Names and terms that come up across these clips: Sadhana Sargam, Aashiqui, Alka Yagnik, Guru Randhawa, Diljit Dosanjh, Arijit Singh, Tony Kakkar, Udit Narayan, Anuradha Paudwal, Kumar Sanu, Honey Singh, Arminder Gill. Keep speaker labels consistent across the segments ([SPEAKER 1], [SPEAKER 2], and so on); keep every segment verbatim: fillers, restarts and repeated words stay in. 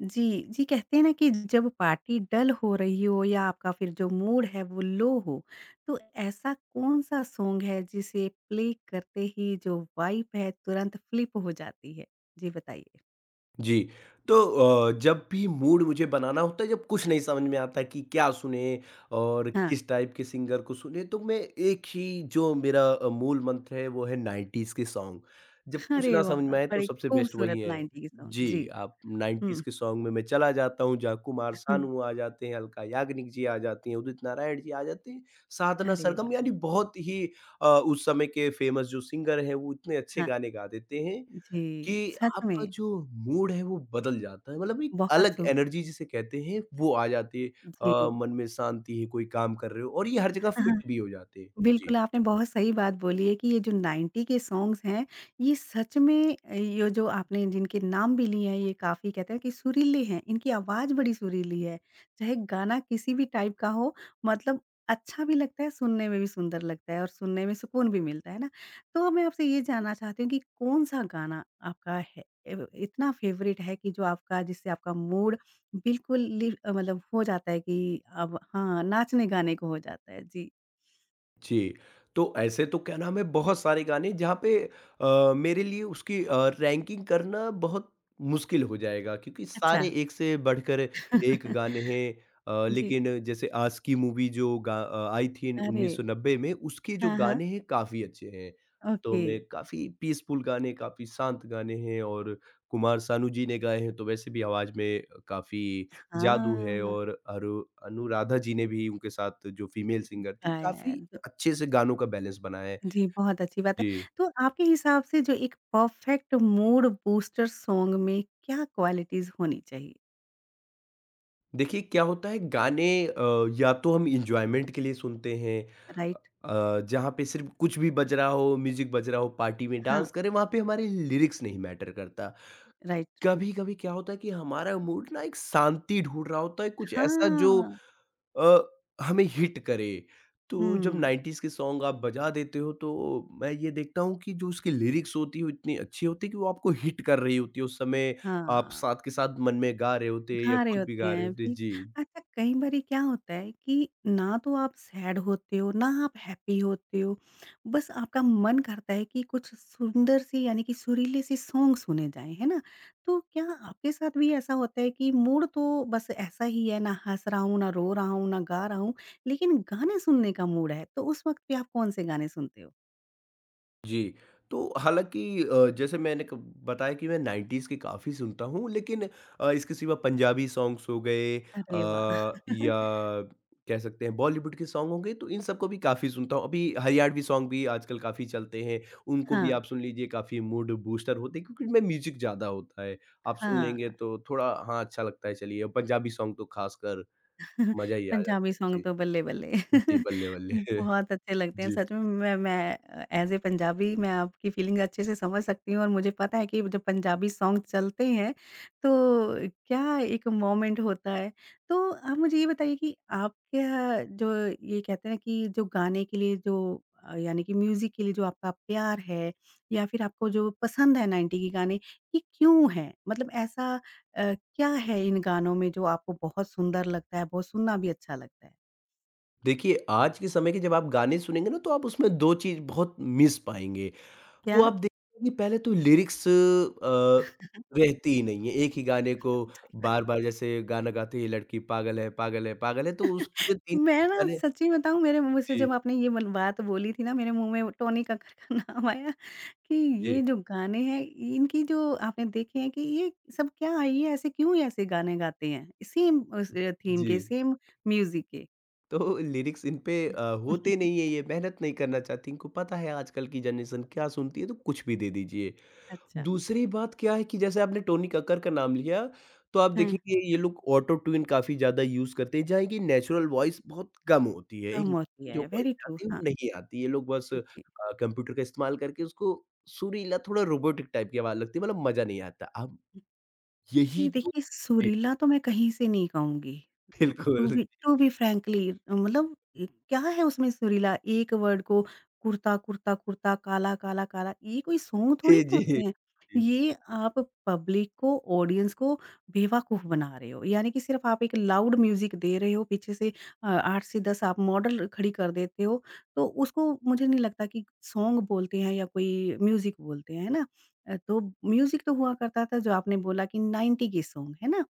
[SPEAKER 1] जी, जी कहते हैं ना कि जब पार्टी डल हो रही हो या आपका फिर जो मूड है वो लो हो, तो ऐसा कौन-सा सॉन्ग है जिसे प्ले करते ही जो वाइब है तुरंत फ्लिप हो जाती है? जी बताइए।
[SPEAKER 2] जी, तो अ, जब भी मूड मुझे बनाना होता है, जब कुछ नहीं समझ में आता कि क्या सुनें और
[SPEAKER 1] हाँ,
[SPEAKER 2] किस टाइप के सिंगर को सुनें, तो मैं एक ही जो मेरा अ, मूल मंत्र है, वो है नाइन्टीज़ के सॉन्ग। जब कुछ
[SPEAKER 1] अरे
[SPEAKER 2] ना समझ
[SPEAKER 1] वाह!
[SPEAKER 2] में आए तो
[SPEAKER 1] बड़े
[SPEAKER 2] सबसे बेस्ट वही
[SPEAKER 1] खूबसूरत
[SPEAKER 2] है।
[SPEAKER 1] नाइन्टीज़ सॉन्ग जी।
[SPEAKER 2] जी, आप नाइन्टीज़
[SPEAKER 1] हुँ।
[SPEAKER 2] के सॉन्ग में मैं चला जाता हूँ, जाकू मारसानू आ जाते हैं, अलका याग्निक जी आ जाती हैं, उदित नारायण जी आ जाते हैं, साधना
[SPEAKER 1] अरे वाह!
[SPEAKER 2] सरगम यानी बहुत ही अ, उस समय के फेमस जो सिंगर हैं, वो इतने अच्छे
[SPEAKER 1] हाँ।
[SPEAKER 2] गाने गा देते हैं कि
[SPEAKER 1] जी, सच
[SPEAKER 2] आपका
[SPEAKER 1] में।
[SPEAKER 2] जो मूड है वो बदल जाता है। मतलब एक
[SPEAKER 1] बहुत
[SPEAKER 2] अलग
[SPEAKER 1] सु
[SPEAKER 2] एनर्जी जिसे कहते हैं वो आ जाती है।
[SPEAKER 1] जी।
[SPEAKER 2] अ, मन में शांति है, कोई काम कर रहे हो और ये हर जगह फिट भी हो जाते हैं। जी।
[SPEAKER 1] बिल्कुल, आपने बहुत सही बात बोली है कि ये जो नब्बे के सॉन्ग्स हैं, ये सच में अ, ये जो आपने जिनके नाम भी लिए हैं, ये काफ़ी कहते हैं कि सुरीले हैं, इनकी आवाज़ बड़ी सुरीली है। चाहे गाना किसी भी टाइप का हो, मतलब अच्छा भी लगता है, सुनने में भी सुंदर लगता है और सुनने में सुकून भी मिलता है ना। तो मैं आपसे ये जानना चाहती हूँ कि कौन-सा गाना आपका है एव इतना फ़ेवरेट है कि जो आपका जिससे आपका मूड बिल्कुल लिव अ, मतलब हो जाता है कि अब हाँ, नाचने-गाने को हो जाता है? जी।
[SPEAKER 2] जी, तो ऐसे तो क्या नाम है बहुत सारे गाने जहाँ पे अ, मेरे लिए उसकी अ, रैंकिंग करना बहुत मुश्किल हो जाएगा क्योंकि
[SPEAKER 1] अच्छा।
[SPEAKER 2] सारे एक से बढ़कर एक गाने हैं। अ,
[SPEAKER 1] जी।
[SPEAKER 2] लेकिन जैसे आशिकी मूवी जो गा अ, आई थी
[SPEAKER 1] अरे!
[SPEAKER 2] उन्नीस सौ नब्बे में उसके जो
[SPEAKER 1] हाँ, हाँ।
[SPEAKER 2] गाने हैं काफ़ी अच्छे हैं। तो
[SPEAKER 1] ओके।
[SPEAKER 2] मैं काफ़ी पीसफुल गाने, काफ़ी शांत गाने हैं और कुमार सानू जी ने गाए हैं तो वैसे भी आवाज़ में काफ़ी जादू है
[SPEAKER 1] हाँ,
[SPEAKER 2] और अरु अनुराधा जी ने भी उनके साथ जो फीमेल सिंगर थी काफ़ी
[SPEAKER 1] गायब तो
[SPEAKER 2] अच्छे से गानों का बैलेंस बनाएँ।
[SPEAKER 1] जी, बहुत अच्छी बात है।
[SPEAKER 2] जी।
[SPEAKER 1] तो आपके हिसाब से जो एक परफेक्ट मूड बूस्टर सॉन्ग में क्या क्वालिटीज़ होनी चाहिए?
[SPEAKER 2] देखिए क्या होता है गाने अ, या तो हम एन्जॉयमेंट के लिए सुनते हैं
[SPEAKER 1] राइट?
[SPEAKER 2] अ, जहाँ पे सिर्फ़ कुछ भी बज रहा हो, म्यूज़िक बज रहा हो, पार्टी में
[SPEAKER 1] हाँ,
[SPEAKER 2] डांस करें, वहाँ पे हमारे लिरिक्स नहीं मैटर करता।
[SPEAKER 1] राइट।
[SPEAKER 2] कभी-कभी क्या होता है कि हमारा मूड ना एक शांति ढूँढ रहा होता है, कुछ ऐसा जो
[SPEAKER 1] हाँ।
[SPEAKER 2] अ, हमें हिट करे। तो जब
[SPEAKER 1] हुँ।
[SPEAKER 2] नाइन्टीज़ के सॉन्ग आप बजा देते हो तो मैं ये देखता हूँ कि जो उसकी लिरिक्स होती है वो इतनी अच्छी होती है कि वो आपको हिट कर रही होती है। उस समय आप
[SPEAKER 1] हाँ।
[SPEAKER 2] साथ के साथ मन में गा रहे होते या
[SPEAKER 1] गारे
[SPEAKER 2] खुद भी
[SPEAKER 1] होते
[SPEAKER 2] गा रहे
[SPEAKER 1] हैं,
[SPEAKER 2] होते।
[SPEAKER 1] बिल
[SPEAKER 2] जी।
[SPEAKER 1] अच्छा कई बारी क्या होता है कि ना तो आप सैड होते हो, ना आप हैप्पी होते हो, बस आपका मन करता है कि कुछ सुंदर सी यानी कि सुरीली सी सॉन्ग सुने जाएँ, है ना? तो क्या आपके साथ भी ऐसा होता है कि मूड तो बस ऐसा ही है, ना हँस रहा हूँ, ना रो रहा हूँ, ना गा रहा हूँ, लेकिन गाने सुनने का मूड है, तो उस वक़्त पे आप कौन से गाने सुनते हो?
[SPEAKER 2] जी, तो हालाँकि अ, जैसे मैंने क बताया कि मैं नाइन्टीज़ के काफ़ी सुनता हूँ, लेकिन अ, इसके सिवा पंजाबी सॉन्ग्स हो गए
[SPEAKER 1] अरे वाह!
[SPEAKER 2] अ, या कह सकते हैं बॉलीवुड के सॉन्ग हो गए, तो इन सबको भी काफ़ी सुनता हूँ। अभी हरियाणवी सॉन्ग भी आजकल काफ़ी चलते हैं, उनको भी
[SPEAKER 1] हाँ,
[SPEAKER 2] आप सुन लीजिए, काफ़ी मूड बूस्टर होते हैं क्योंकि इनमें म्यूज़िक ज़्यादा होता है। आप सुन
[SPEAKER 1] हाँ।
[SPEAKER 2] लेंगे तो थोड़ा हाँ, अच्छा लगता है चलिए, और पंजाबी सॉन्ग तो ख़ासकर मज़ा ही आ जाता
[SPEAKER 1] पंजाबी
[SPEAKER 2] है। जी,
[SPEAKER 1] सॉन्ग तो बल्ले-बल्ले।
[SPEAKER 2] जी, बल्ले-बल्ले।
[SPEAKER 1] बहुत अच्छे लगते हैं
[SPEAKER 2] जी।
[SPEAKER 1] सच में। मैं मैं अ, ऐज़ ए पंजाबी मैं आपकी फ़ीलिंग अच्छे से समझ सकती हूँ और मुझे पता है कि जब पंजाबी सॉन्ग चलते हैं, तो क्या एक मोमेंट होता है। तो आप मुझे ये बताइए कि आपके यहाँ जो ये कहते हैं कि जो गाने के लिए जो अ, यानी कि म्यूज़िक के लिए जो आपका प्यार है या फिर आपको जो पसंद है नब्बे के गाने, ये क्यों है? मतलब ऐसा अ, क्या है इन गानों में जो आपको बहुत सुंदर लगता है, बहुत सुनना भी अच्छा लगता है?
[SPEAKER 2] देखिए, आज के समय के जब आप गाने सुनेंगे ना तो आप उसमें दो चीज़ बहुत मिस पाएँगे। वो
[SPEAKER 1] क्या?
[SPEAKER 2] आप देखेंगे कि पहले तो लिरिक्स अ, रहती ही नहीं है। एक ही गाने को
[SPEAKER 1] सही बात।
[SPEAKER 2] बार-बार जैसे गाना गाते ये लड़की पागल है, पागल है, पागल है तो उस पूरे तीन
[SPEAKER 1] मैं ना
[SPEAKER 2] गाने
[SPEAKER 1] सच्ची बताऊँ मेरे मुँह से जब
[SPEAKER 2] जी,
[SPEAKER 1] आपने ये मन बात बोली थी ना मेरे मुँह में टोनी कक्कड़ का नाम आया कि
[SPEAKER 2] जी।
[SPEAKER 1] ये जो गाने हैं इनकी जो आपने देखे हैं कि ये सब क्या है? ये ऐसे क्यों ये ऐसे गाने गाते हैं? सेम उस अ, थीम के,
[SPEAKER 2] जी,
[SPEAKER 1] सेम म्यूज़िक के।
[SPEAKER 2] तो लिरिक्स इन पे अ, होते
[SPEAKER 1] हुँ।
[SPEAKER 2] नहीं है, ये मेहनत नहीं करना चाहती। इनको पता है आजकल की जनरेशन क्या सुनती है तो कुछ भी दे दीजिए।
[SPEAKER 1] अच्छा।
[SPEAKER 2] दूसरी बात क्या है कि जैसे आपने टोनी कक्कर का नाम लिया, तो आप
[SPEAKER 1] हाँ,
[SPEAKER 2] देखेंगे ये लोग ऑटो ट्यून काफ़ी ज़्यादा यूज़ करते हैं, जहाँ की नेचुरल वॉइस बहुत कम होती है। एक
[SPEAKER 1] कम होती
[SPEAKER 2] जो
[SPEAKER 1] है,
[SPEAKER 2] वॉइस
[SPEAKER 1] वेरी ट्रू।
[SPEAKER 2] आती है वो
[SPEAKER 1] हाँ,
[SPEAKER 2] नहीं आती, ये लोग बस
[SPEAKER 1] जी।
[SPEAKER 2] अ, कंप्यूटर का इस्तेमाल करके उसको सुरीला थोड़ा रोबोटिक टाइप की आवाज़ लगती है मतलब मज़ा नहीं आता। अब यही
[SPEAKER 1] जी,
[SPEAKER 2] तो
[SPEAKER 1] देखिए
[SPEAKER 2] जी,
[SPEAKER 1] सुरीला तो मैं कहीं से नहीं कहूँगी। उम, टू
[SPEAKER 2] बिल्कुल।
[SPEAKER 1] बी टू बी फ्रैंकली मतलब ए, क्या है उसमें सुरीला? एक वर्ड को कुर्ता, कुर्ता, कुर्ता, काला, काला, काला ये कोई सॉन्ग थोड़ी ना
[SPEAKER 2] जी, जी।
[SPEAKER 1] होते हैं।
[SPEAKER 2] जी।
[SPEAKER 1] ये आप पब्लिक को, ऑडियंस को बेवकूफ़ बना रहे हो। यानी कि सिर्फ़ आप एक लाउड म्यूज़िक दे रहे हो, पीछे से अ, आठ से दस आप मॉडल खड़ी कर देते हो। तो उसको मुझे नहीं लगता कि सॉन्ग बोलते हैं या कोई म्यूज़िक बोलते हैं, है ना? अ, तो म्यूज़िक तो हुआ करता था जो आपने बोला कि नब्बे के सॉन्ग, है ना?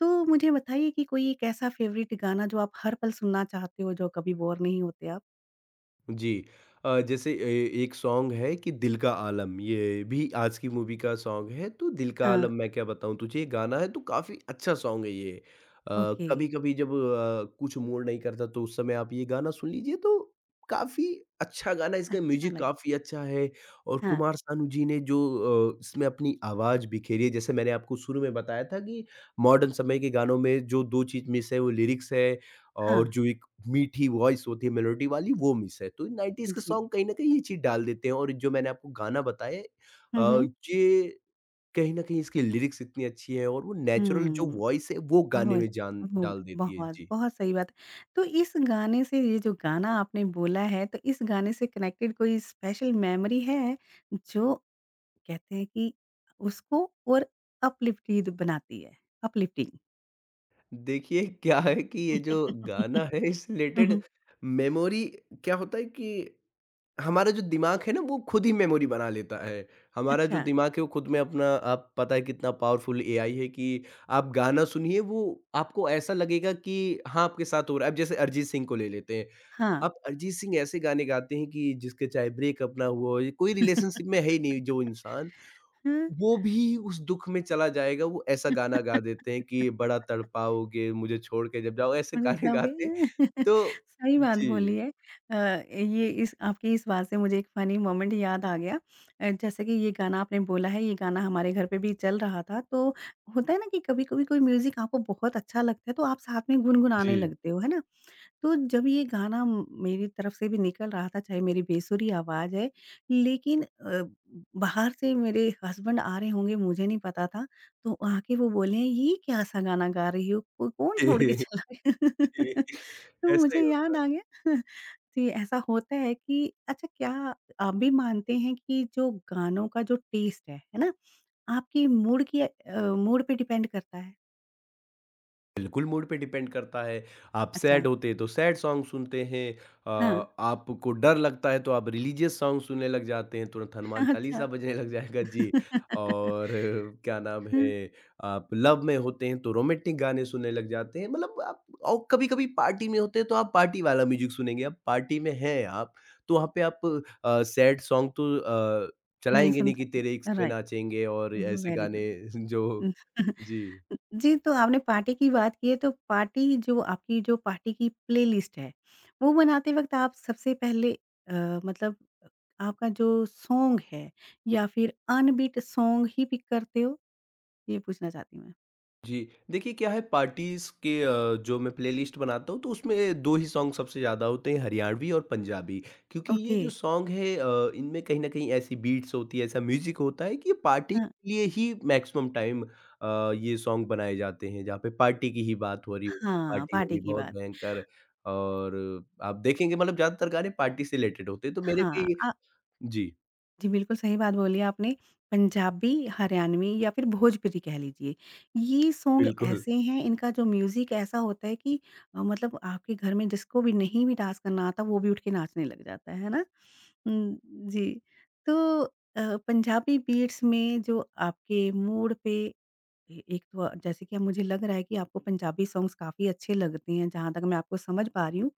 [SPEAKER 1] तो मुझे बताइए कि कोई एक ऐसा फ़ेवरेट गाना जो आप हर पल सुनना चाहते हो, जो कभी बोर नहीं होते आप?
[SPEAKER 2] जी। अ, जैसे ए एक सॉन्ग है कि दिल का आलम, ये भी आज की मूवी का सॉन्ग है, तो दिल का
[SPEAKER 1] हाँ,
[SPEAKER 2] आलम मैं क्या बताऊँ तुझे, ये गाना है तो काफ़ी अच्छा सॉन्ग है ये। अ,
[SPEAKER 1] ओके।
[SPEAKER 2] कभी-कभी जब अ, कुछ मूड नहीं करता तो उस समय आप ये गाना सुन लीजिए तो काफ़ी अच्छा गाना है, इसका
[SPEAKER 1] अच्छा
[SPEAKER 2] म्यूज़िक
[SPEAKER 1] लग
[SPEAKER 2] काफ़ी अच्छा है और
[SPEAKER 1] हाँ,
[SPEAKER 2] कुमार सानू जी ने जो अ, इसमें अपनी आवाज़ बिखेरी है, जैसे मैंने आपको शुरू में बताया था कि मॉडर्न समय के गानों में जो दो चीज़ मिस है वो लिरिक्स है
[SPEAKER 1] हाँ।
[SPEAKER 2] और जो एक मीठी वॉइस होती है मेलोडी वाली वो मिस है। तो नाइन्टीज़ के
[SPEAKER 1] जी।
[SPEAKER 2] सॉन्ग कहीं न कहीं ये चीज़ डाल देते हैं और जो मैंने आपको गाना बताया
[SPEAKER 1] हुँ,
[SPEAKER 2] अ,
[SPEAKER 1] हुँ।
[SPEAKER 2] ये कहीं न कहीं इसकी लिरिक्स इतनी अच्छी है और वो नेचुरल जो
[SPEAKER 1] हुँ।
[SPEAKER 2] वॉइस है वो
[SPEAKER 1] वो
[SPEAKER 2] गाने
[SPEAKER 1] इस
[SPEAKER 2] में जान
[SPEAKER 1] वो
[SPEAKER 2] डाल देती है।
[SPEAKER 1] बहुत,
[SPEAKER 2] जी।
[SPEAKER 1] बहुत सही बात है। तो इस गाने से ये जो गाना आपने बोला है, तो इस गाने से कनेक्टेड कोई स्पेशल मेमोरी है, जो कहते हैं कि उसको और अपलिफ्टिड बनाती है? अपलिफ्टिंग।
[SPEAKER 2] देखिए, क्या है कि ये जो गाना है इस
[SPEAKER 1] हुँ,
[SPEAKER 2] रिलेटेड
[SPEAKER 1] हुँ।
[SPEAKER 2] मेमोरी क्या होता है कि हमारा जो दिमाग है ना वो खुद ही मेमोरी बना लेता है। हमारा जो
[SPEAKER 1] अच्छा।
[SPEAKER 2] दिमाग है वो खुद में अपना आप पता है कितना पावरफुल एआई है कि आप गाना सुनिए वो आपको ऐसा लगेगा कि हाँ, आपके साथ हो रहा है। अब जैसे अरिजीत सिंह को ले लेते हैं।
[SPEAKER 1] हाँ।
[SPEAKER 2] अब अरिजीत सिंह ऐसे गाने गाते हैं कि जिसके चाहे ब्रेकअप ना हुआ हो, कोई रिलेशनशिप में है ही नहीं जो इंसान,
[SPEAKER 1] हाँ,
[SPEAKER 2] वो भी उस दुःख में चला जाएगा। वो ऐसा गाना गा देते हैं कि बड़ा तड़पाओगे मुझे छोड़ के जब जाओ, ऐसे
[SPEAKER 1] छोड़
[SPEAKER 2] गाने
[SPEAKER 1] जाओगे?
[SPEAKER 2] गाते हैं। तो
[SPEAKER 1] सही बात
[SPEAKER 2] जी,
[SPEAKER 1] बोली है। अ, ये इस आपकी इस बात से मुझे एक फ़नी मोमेंट याद आ गया। अ, जैसे कि ये गाना आपने बोला है, ये गाना हमारे घर पे भी चल रहा था, तो होता है ना कि कभी-कभी कोई म्यूज़िक आपको बहुत अच्छा लगता है, तो आप साथ में गुनगुनाने
[SPEAKER 2] जी।
[SPEAKER 1] लगते हो, है ना? तो जब ये गाना म मेरी तरफ से भी निकल रहा था, चाहे मेरी बेसुरी आवाज़ है, लेकिन अ, बाहर से मेरे हस्बैंड आ रहे होंगे, मुझे नहीं पता था। तो आके वो बोले, "ये क्या-सा गाना गा रही हो? को कौन छोड़ के चला
[SPEAKER 2] जी,
[SPEAKER 1] गया?" तो
[SPEAKER 2] ऐसा ही
[SPEAKER 1] मुझे
[SPEAKER 2] होता
[SPEAKER 1] याद
[SPEAKER 2] है।
[SPEAKER 1] आ गया। जी, ऐसा होता है कि अच्छा क्या आप भी मानते हैं कि जो गानों का जो टेस्ट है, है ना? आपके मूड की अ, मूड पे डिपेंड करता है?
[SPEAKER 2] बिल्कुल, मूड पे डिपेंड करता है। आप
[SPEAKER 1] अच्छा।
[SPEAKER 2] सैड होते हैं तो सैड सॉन्ग सुनते हैं, अ,
[SPEAKER 1] हाँ।
[SPEAKER 2] आपको डर लगता है तो आप रिलीजियस सॉन्ग सुनने लग जाते हैं, तुरंत हनुमान
[SPEAKER 1] अच्छा।
[SPEAKER 2] चालीसा बजने लग जाएगा। जी, और अ, क्या नाम है, आप लव में होते हैं तो रोमांटिक गाने सुनने लग जाते हैं। मतलब आप और कभी-कभी पार्टी में होते हैं तो आप पार्टी वाला म्यूज़िक सुनेंगे। अब पार्टी में हैं आप, तो वहाँ पे आप अ, सैड सॉन्ग तो अ,
[SPEAKER 1] नहीं
[SPEAKER 2] चलाएँगे
[SPEAKER 1] सुन
[SPEAKER 2] नहीं कि
[SPEAKER 1] सके।
[SPEAKER 2] तेरे इश्क में
[SPEAKER 1] राइट,
[SPEAKER 2] नाचेंगे और ऐसे
[SPEAKER 1] वेरी
[SPEAKER 2] गाने
[SPEAKER 1] गुड।
[SPEAKER 2] जो जी।
[SPEAKER 1] जी, तो आपने पार्टी की बात की है तो पार्टी जो आपकी जो पार्टी की प्लेलिस्ट है, वो बनाते वक़्त आप सबसे पहले अ, मतलब आपका जो सॉन्ग है या फिर अनबीट सॉन्ग ही पिक करते हो? ये पूछना चाहती हूँ मैं।
[SPEAKER 2] जी, देखिए क्या है पार्टीज़ के अ, जो मैं प्लेलिस्ट बनाता हूँ तो उसमें दो ही सॉन्ग सबसे ज़्यादा होते हैं हरियाणवी और पंजाबी क्योंकि ये
[SPEAKER 1] ओके।
[SPEAKER 2] जो सॉन्ग है अ, इनमें कहीं न कहीं ऐसी बीट्स होती है, ऐसा म्यूज़िक होता है कि ये पार्टी
[SPEAKER 1] हाँ,
[SPEAKER 2] के लिए ही मैक्सिमम टाइम अ, ये सॉन्ग बनाए जाते हैं जहाँ पे पार्टी की ही बात हो रही होती है,
[SPEAKER 1] हाँ,
[SPEAKER 2] पार्टी
[SPEAKER 1] पार्टी
[SPEAKER 2] होगी
[SPEAKER 1] की
[SPEAKER 2] बहुत
[SPEAKER 1] बात।
[SPEAKER 2] भयंकर और आप देखेंगे मतलब ज़्यादातर गाने पार्टी से रिलेटेड होते हैं तो मेरे
[SPEAKER 1] हाँ,
[SPEAKER 2] भी
[SPEAKER 1] आ
[SPEAKER 2] जी,
[SPEAKER 1] जी, बिल्कुल सही बात बोली आपने। पंजाबी, हरियाणवी या फिर भोजपुरी कह लीजिए, ये सॉन्ग
[SPEAKER 2] बिल्कुल।
[SPEAKER 1] ऐसे हैं, इनका जो म्यूज़िक ऐसा होता है कि अ, मतलब आपके घर में जिसको भी नहीं भी डांस करना आता, वो भी उठ के नाचने लग जाता है, है ना? हुँ। जी। तो अ, पंजाबी बीट्स में जो आपके मूड पे ए एक तो जैसे कि अब मुझे लग रहा है कि आपको पंजाबी सॉन्ग्स काफ़ी अच्छे लगते हैं, जहाँ तक मैं आपको समझ पा रही हूँ।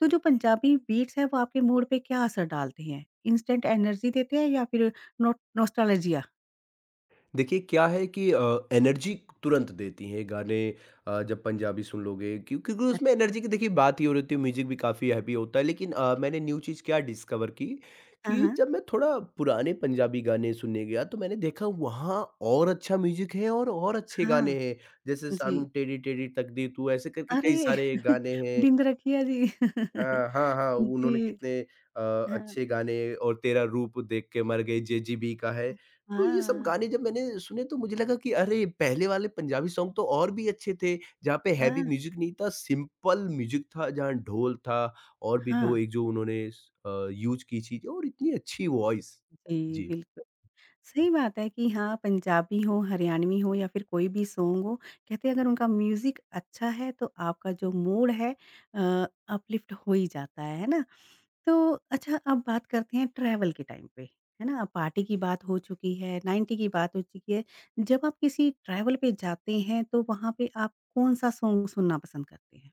[SPEAKER 1] तो जो पंजाबी बीट्स हैं वो आपके मूड पे क्या असर डालते हैं? इंस्टेंट एनर्जी देते हैं या फिर नो नॉस्टैल्जिया?
[SPEAKER 2] देखिए क्या है कि अ, एनर्जी तुरंत देती हैं गाने अ, जब पंजाबी सुन लोगे क्यों क्योंकि उसमें
[SPEAKER 1] अच्छा।
[SPEAKER 2] एनर्जी की देखिए बात ही हो रही होती है म्यूजिक भी काफ़ी हैप्पी होता है लेकिन अ, मैंने न्यू चीज़ क्या डिस्कवर की
[SPEAKER 1] हाँ,
[SPEAKER 2] कि
[SPEAKER 1] हाँ।
[SPEAKER 2] जब मैं थोड़ा पुराने पंजाबी गाने सुनने गया तो मैंने देखा वहाँ और अच्छा म्यूजिक है और और अच्छे गाने
[SPEAKER 1] हाँ।
[SPEAKER 2] हैं जैसे सानू
[SPEAKER 1] जी।
[SPEAKER 2] टेढ़ी टेढ़ी तकदीर तू ऐसे करके कई
[SPEAKER 1] अरे!
[SPEAKER 2] सारे गाने हैं
[SPEAKER 1] बिंद रखिया जी।
[SPEAKER 2] अ, हाँ, हाँ, उन्होंने
[SPEAKER 1] जी।
[SPEAKER 2] कितने अ,
[SPEAKER 1] हाँ।
[SPEAKER 2] अच्छे गाने और तेरा रूप देख के मर गई जेजीबी का है। तो ये सब
[SPEAKER 1] हाँ,
[SPEAKER 2] गाने जब मैंने सुने तो मुझे लगा कि अरे! पहले वाले पंजाबी सॉन्ग तो और भी अच्छे थे, जहाँ पे हैवी
[SPEAKER 1] हाँ,
[SPEAKER 2] म्यूज़िक नहीं था, सिंपल म्यूज़िक था, जहाँ ढोल था और भी दो
[SPEAKER 1] हाँ।
[SPEAKER 2] एक जो उन्होंने स अ, यूज़ की चीज़ें और इतनी अच्छी वॉइस।
[SPEAKER 1] जी,
[SPEAKER 2] जी।
[SPEAKER 1] बिल्कुल। सही बात है कि हाँ, पंजाबी हो, हरियाणवी हो या फिर कोई भी सॉन्ग हो, कहते हैं अगर उनका म्यूज़िक अच्छा है तो आपका जो मूड है अ, अपलिफ्ट हो ही जाता है, है ना? तो अच्छा अब बात करते हैं ट्रैवल के टाइम पे, है ना? अब पार्टी की बात हो चुकी है, नब्बे की बात हो चुकी है। जब आप किसी ट्रैवल पे जाते हैं तो वहाँ पे आप कौन-सा सॉन्ग सुनना पसंद करते हैं?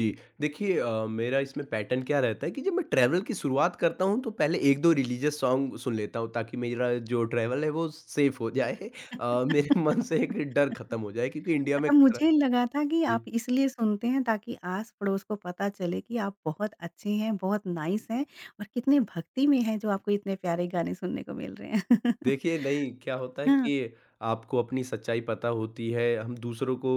[SPEAKER 2] जी, देखिए अ, मेरा इसमें पैटर्न क्या रहता है कि जब मैं ट्रैवल की शुरुआत करता हूँ तो पहले एक दो रिलीजियस सॉन्ग सुन लेता हूँ ताकि मेरा जो ट्रैवल है वो सेफ हो जाए अ, मेरे मन से एक डर खत्म हो जाए क्योंकि इंडिया में
[SPEAKER 1] अच्छा,
[SPEAKER 2] खतरा
[SPEAKER 1] मुझे लगा था कि आप इसलिए सुनते हैं ताकि आस-पड़ोस को पता चले कि आप बहुत अच्छे हैं, बहुत नाइस हैं और कितने भक्ति में हैं जो आपको इतने प्यारे गाने सुनने को मिल रहे हैं।
[SPEAKER 2] देखिए, नहीं, क्या होता है
[SPEAKER 1] हाँ,
[SPEAKER 2] कि आपको अपनी सच्चाई पता होती है, हम दूसरों को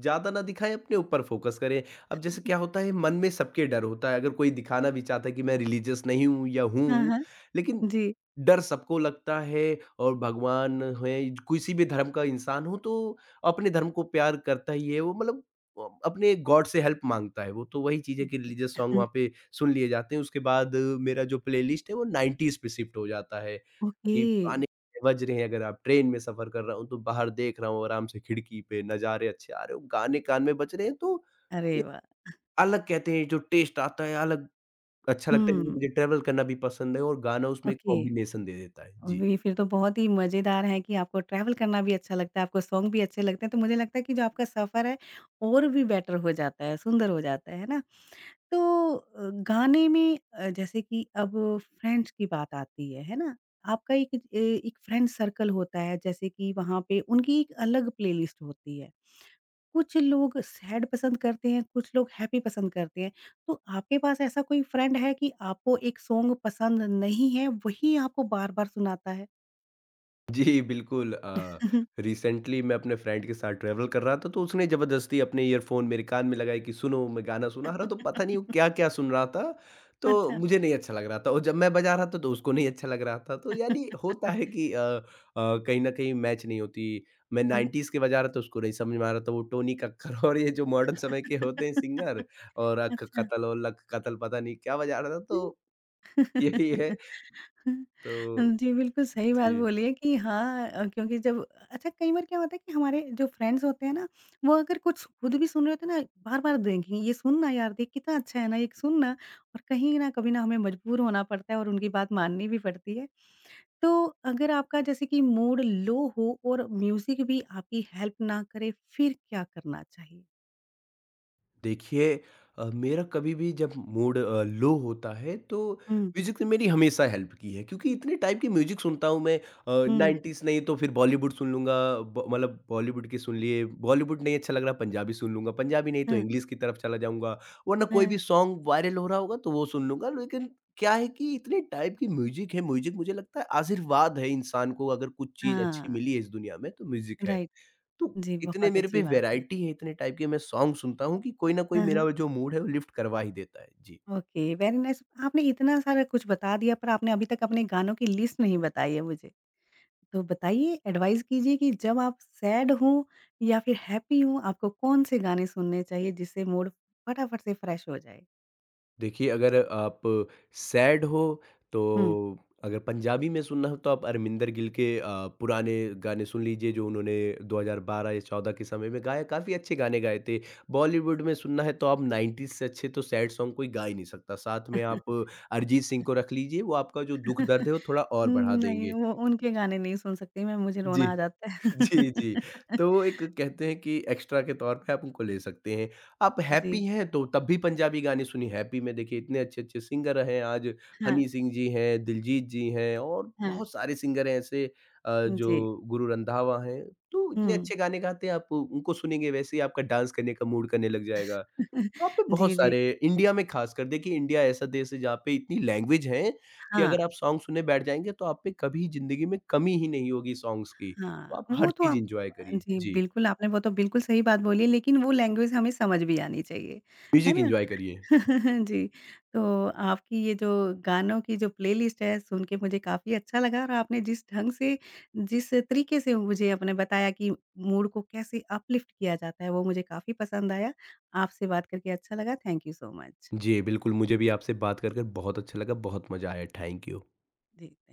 [SPEAKER 2] ज़्यादा ना दिखाएँ, अपने ऊपर फ़ोकस करें। अब जैसे क्या होता है, मन में सबके डर होता है, अगर कोई दिखाना भी चाहता है कि मैं रिलीजियस नहीं हूँ या
[SPEAKER 1] हाँ,
[SPEAKER 2] हूँ,
[SPEAKER 1] हाँ।
[SPEAKER 2] लेकिन
[SPEAKER 1] जी,
[SPEAKER 2] डर सबको लगता है और भगवान हैं, किसी भी धर्म का इंसान हो, तो अपने धर्म को प्यार करता ही है वो, मतलब अ, अपने गॉड से हेल्प माँगता है वो। तो वही चीज़ है कि
[SPEAKER 1] जी।
[SPEAKER 2] रिलीजियस सॉन्ग वहाँ पे सुन लिए जाते हैं, उसके बाद मेरा जो प्लेलिस्ट है, वो नाइन्टीज़ पे शिफ्ट हो जाता है।
[SPEAKER 1] ओके।
[SPEAKER 2] कि पुराने बज रहे हैं, अगर आप ट्रेन में सफ़र कर रहा हूँ, तो बाहर देख रहा हूँ आराम से खिड़की पे, नज़ारे अच्छे आ रहे हो, गाने कान में बज रहे हैं, तो
[SPEAKER 1] अरे
[SPEAKER 2] एक
[SPEAKER 1] वाह!
[SPEAKER 2] अलग कहते हैं जो टेस्ट आता है, अलग अच्छा लगता है क्योंकि
[SPEAKER 1] हुँ।
[SPEAKER 2] मुझे ट्रैवल करना भी पसंद है और गाना उसमें एक
[SPEAKER 1] ओके।
[SPEAKER 2] कॉम्बिनेशन दे देता है। जी।
[SPEAKER 1] वे फिर तो बहुत ही मज़ेदार है कि आपको ट्रैवल करना भी अच्छा लगता है, आपको सॉन्ग भी अच्छे लगते हैं, तो मुझे लगता है कि जो आपका सफ़र है और भी बेटर हो जाता है, सुंदर हो जाता है, है ना? तो अ, गाने में अ, जैसे कि अब फ्रेंड्स की बात आती है, है ना? आपका एक ए एक फ्रेंड सर्कल होता है जैसे कि वहाँ पे उनकी एक अलग प्लेलिस्ट होती है। कुछ लोग सैड पसंद करते हैं, कुछ लोग हैप्पी पसंद करते हैं। तो आपके पास ऐसा कोई फ्रेंड है कि आपको एक सॉन्ग पसंद नहीं है, वही आपको बार-बार सुनाता है?
[SPEAKER 2] जी, बिल्कुल अ, रिसेंटली मैं अपने फ्रेंड के साथ ट्रैवल कर रहा था, तो उसने ज़बरदस्ती अपने ईयरफ़ोन मेरे कान में लगाए कि सुनो, मैं गाना सुना रहा तो पता नहीं वो क्या-क्या सुन रहा था, तो
[SPEAKER 1] अच्छा।
[SPEAKER 2] मुझे नहीं अच्छा लग रहा था और जब मैं बजा रहा था तो उसको नहीं अच्छा लग रहा था। तो यानी होता है कि अ अ, कहीं न कहीं मैच नहीं होती। मैं नाइन्टीज़ के बजा रहा था उसको नहीं समझ में आ रहा था, वो टोनी कक्कर और ये जो मॉडर्न समय के होते हैं सिंगर और अक
[SPEAKER 1] अच्छा।
[SPEAKER 2] कतल और लक कतल पता नहीं क्या बजा रहा था, तो यही है। तो
[SPEAKER 1] अच्छा जी, बिल्कुल सही बात
[SPEAKER 2] जी।
[SPEAKER 1] बोली है कि हाँ अ, क्योंकि जब अच्छा कई बार क्या होता है कि हमारे जो फ्रेंड्स होते हैं ना, वो अगर कुछ खुद भी सुन रहे होते हैं ना, बार-बार देखेंगे, "ये सुन ना यार, देख कितना अच्छा है ना, ये सुन ना।" और कहीं न कभी ना हमें मजबूर होना पड़ता है और उनकी बात माननी भी पड़ती है। तो अगर आपका जैसे कि मूड लो हो और म्यूज़िक भी आपकी हेल्प ना करे, फिर क्या करना चाहिए?
[SPEAKER 2] देखिए अ, मेरा कभी भी जब मूड अ, लो होता है तो
[SPEAKER 1] हुँ,
[SPEAKER 2] म्यूज़िक ने मेरी हमेशा हेल्प की है क्योंकि इतने टाइप की म्यूज़िक सुनता हूँ मैं
[SPEAKER 1] हुँ,
[SPEAKER 2] नाइन्टीज़ नहीं तो फिर बॉलीवुड सुन लूँगा ब- मतलब बॉलीवुड के सुन लिए बॉलीवुड नहीं अच्छा लग रहा पंजाबी सुन लूँगा पंजाबी नहीं तो
[SPEAKER 1] हाँ,
[SPEAKER 2] इंग्लिश की तरफ चला जाऊँगा वरना कोई भी
[SPEAKER 1] हाँ,
[SPEAKER 2] सॉन्ग वायरल हो रहा होगा तो वो सुन लूँगा लेकिन क्या है कि इतने टाइप की म्यूज़िक है म्यूज़िक मुझे लगता है आशीर्वाद है इंसान को अगर कुछ चीज़ अच्छी
[SPEAKER 1] हाँ,
[SPEAKER 2] मिली है इस दुनिया में तो म्यूज़िक है
[SPEAKER 1] राइट।
[SPEAKER 2] तो
[SPEAKER 1] जी,
[SPEAKER 2] इतने
[SPEAKER 1] बहुत
[SPEAKER 2] मेरे
[SPEAKER 1] अच्छी
[SPEAKER 2] पे
[SPEAKER 1] बात है।
[SPEAKER 2] वैरायटी है, इतने टाइप के मैं सॉन्ग सुनता हूँ कि कोई ना कोई
[SPEAKER 1] हाँ, हाँ।
[SPEAKER 2] मेरा जो मूड है वो लिफ्ट करवा ही देता है। जी।
[SPEAKER 1] Okay, very nice. आपने इतना सारा कुछ बता दिया पर आपने अभी तक अपने गानों की लिस्ट नहीं बताई है मुझे। तो बताइए एडवाइस कीजिए कि जब आप सैड हों या फिर हैप्पी हों आपको कौन से गाने सुनने चाहिए जिससे मूड फटाफट से फ्रेश हो जाए?
[SPEAKER 2] देखिए अगर आप सैड हो तो
[SPEAKER 1] हुँ।
[SPEAKER 2] अगर पंजाबी में सुनना हो तो आप अरमिंदर गिल के अ, पुराने गाने सुन लीजिए जो उन्होंने दो हज़ार बारह या चौदह के समय में गाए, काफ़ी अच्छे गाने गाए थे। बॉलीवुड में सुनना है तो आप नाइन्टीज़ से अच्छे तो सैड सॉन्ग कोई गा ही नहीं सकता। साथ में आप अरिजीत सिंह को रख लीजिए, वो आपका जो दुःख दर्द है वो थोड़ा और बढ़ा
[SPEAKER 1] नहीं,
[SPEAKER 2] देंगे।
[SPEAKER 1] वो उनके गाने नहीं सुन सकती मैं, मुझे रोना
[SPEAKER 2] जी।
[SPEAKER 1] आ जाता है।
[SPEAKER 2] जी, जी। तो वो एक कहते हैं कि एक्स्ट्रा के तौर पे आप उनको ले सकते हैं। आप हैप्पी
[SPEAKER 1] जी।
[SPEAKER 2] हैं तो तब भी पंजाबी गाने सुनिए, हैप्पी में देखिए इतने अच्छे-अच्छे सिंगर हैं आज
[SPEAKER 1] हाँ,
[SPEAKER 2] हनी सिंह जी हैं, दिलजीत जी हैं और
[SPEAKER 1] हाँ।
[SPEAKER 2] बहुत सारे सिंगर हैं ऐसे अ,
[SPEAKER 1] जी।
[SPEAKER 2] जो गुरु रंधावा हैं। तो इतने
[SPEAKER 1] हुँ।
[SPEAKER 2] अच्छे गाने गाते हैं आप उनको सुनेंगे वैसे ही आपका डांस करने का मूड करने लग जाएगा। वहाँ पे
[SPEAKER 1] जी,
[SPEAKER 2] बहुत
[SPEAKER 1] जी।
[SPEAKER 2] सारे इंडिया में ख़ासकर देखिए इंडिया ऐसा देश है जहाँ पे इतनी लैंग्वेज है, कि अगर आप
[SPEAKER 1] हाँ।
[SPEAKER 2] सॉन्ग सुनने बैठ जाएँगे तो आप पे कभी ज़िंदगी में कमी ही नहीं होगी सॉन्ग्स की। तो
[SPEAKER 1] हाँ,
[SPEAKER 2] आप हर
[SPEAKER 1] वो तो
[SPEAKER 2] चीज़
[SPEAKER 1] आप
[SPEAKER 2] एन्जॉय करिए।
[SPEAKER 1] जी,
[SPEAKER 2] जी,
[SPEAKER 1] बिल्कुल आपने वो तो बिल्कुल सही बात बोली है, लेकिन वो लैंग्वेज हमें समझ भी आनी चाहिए, है
[SPEAKER 2] म्यूज़िक
[SPEAKER 1] ना?
[SPEAKER 2] एन्जॉय करिए।
[SPEAKER 1] जी, तो आपकी ये जो गानों की जो प्लेलिस्ट है, सुन के मुझे काफ़ी अच्छा लगा और आपने जिस ढंग से, जिस तरीके से मुझे आपने बताया कि मूड को कैसे अपलिफ्ट किया जाता है, वो मुझे काफ़ी पसंद आया। आपसे बात करके अच्छा लगा, थैंक यू सो मच।
[SPEAKER 2] जी, बिल्कुल मुझे भी आपसे बात कर कर बहुत अच्छा लगा, बहुत मज़ा आया। Thank you.
[SPEAKER 1] Ji, thank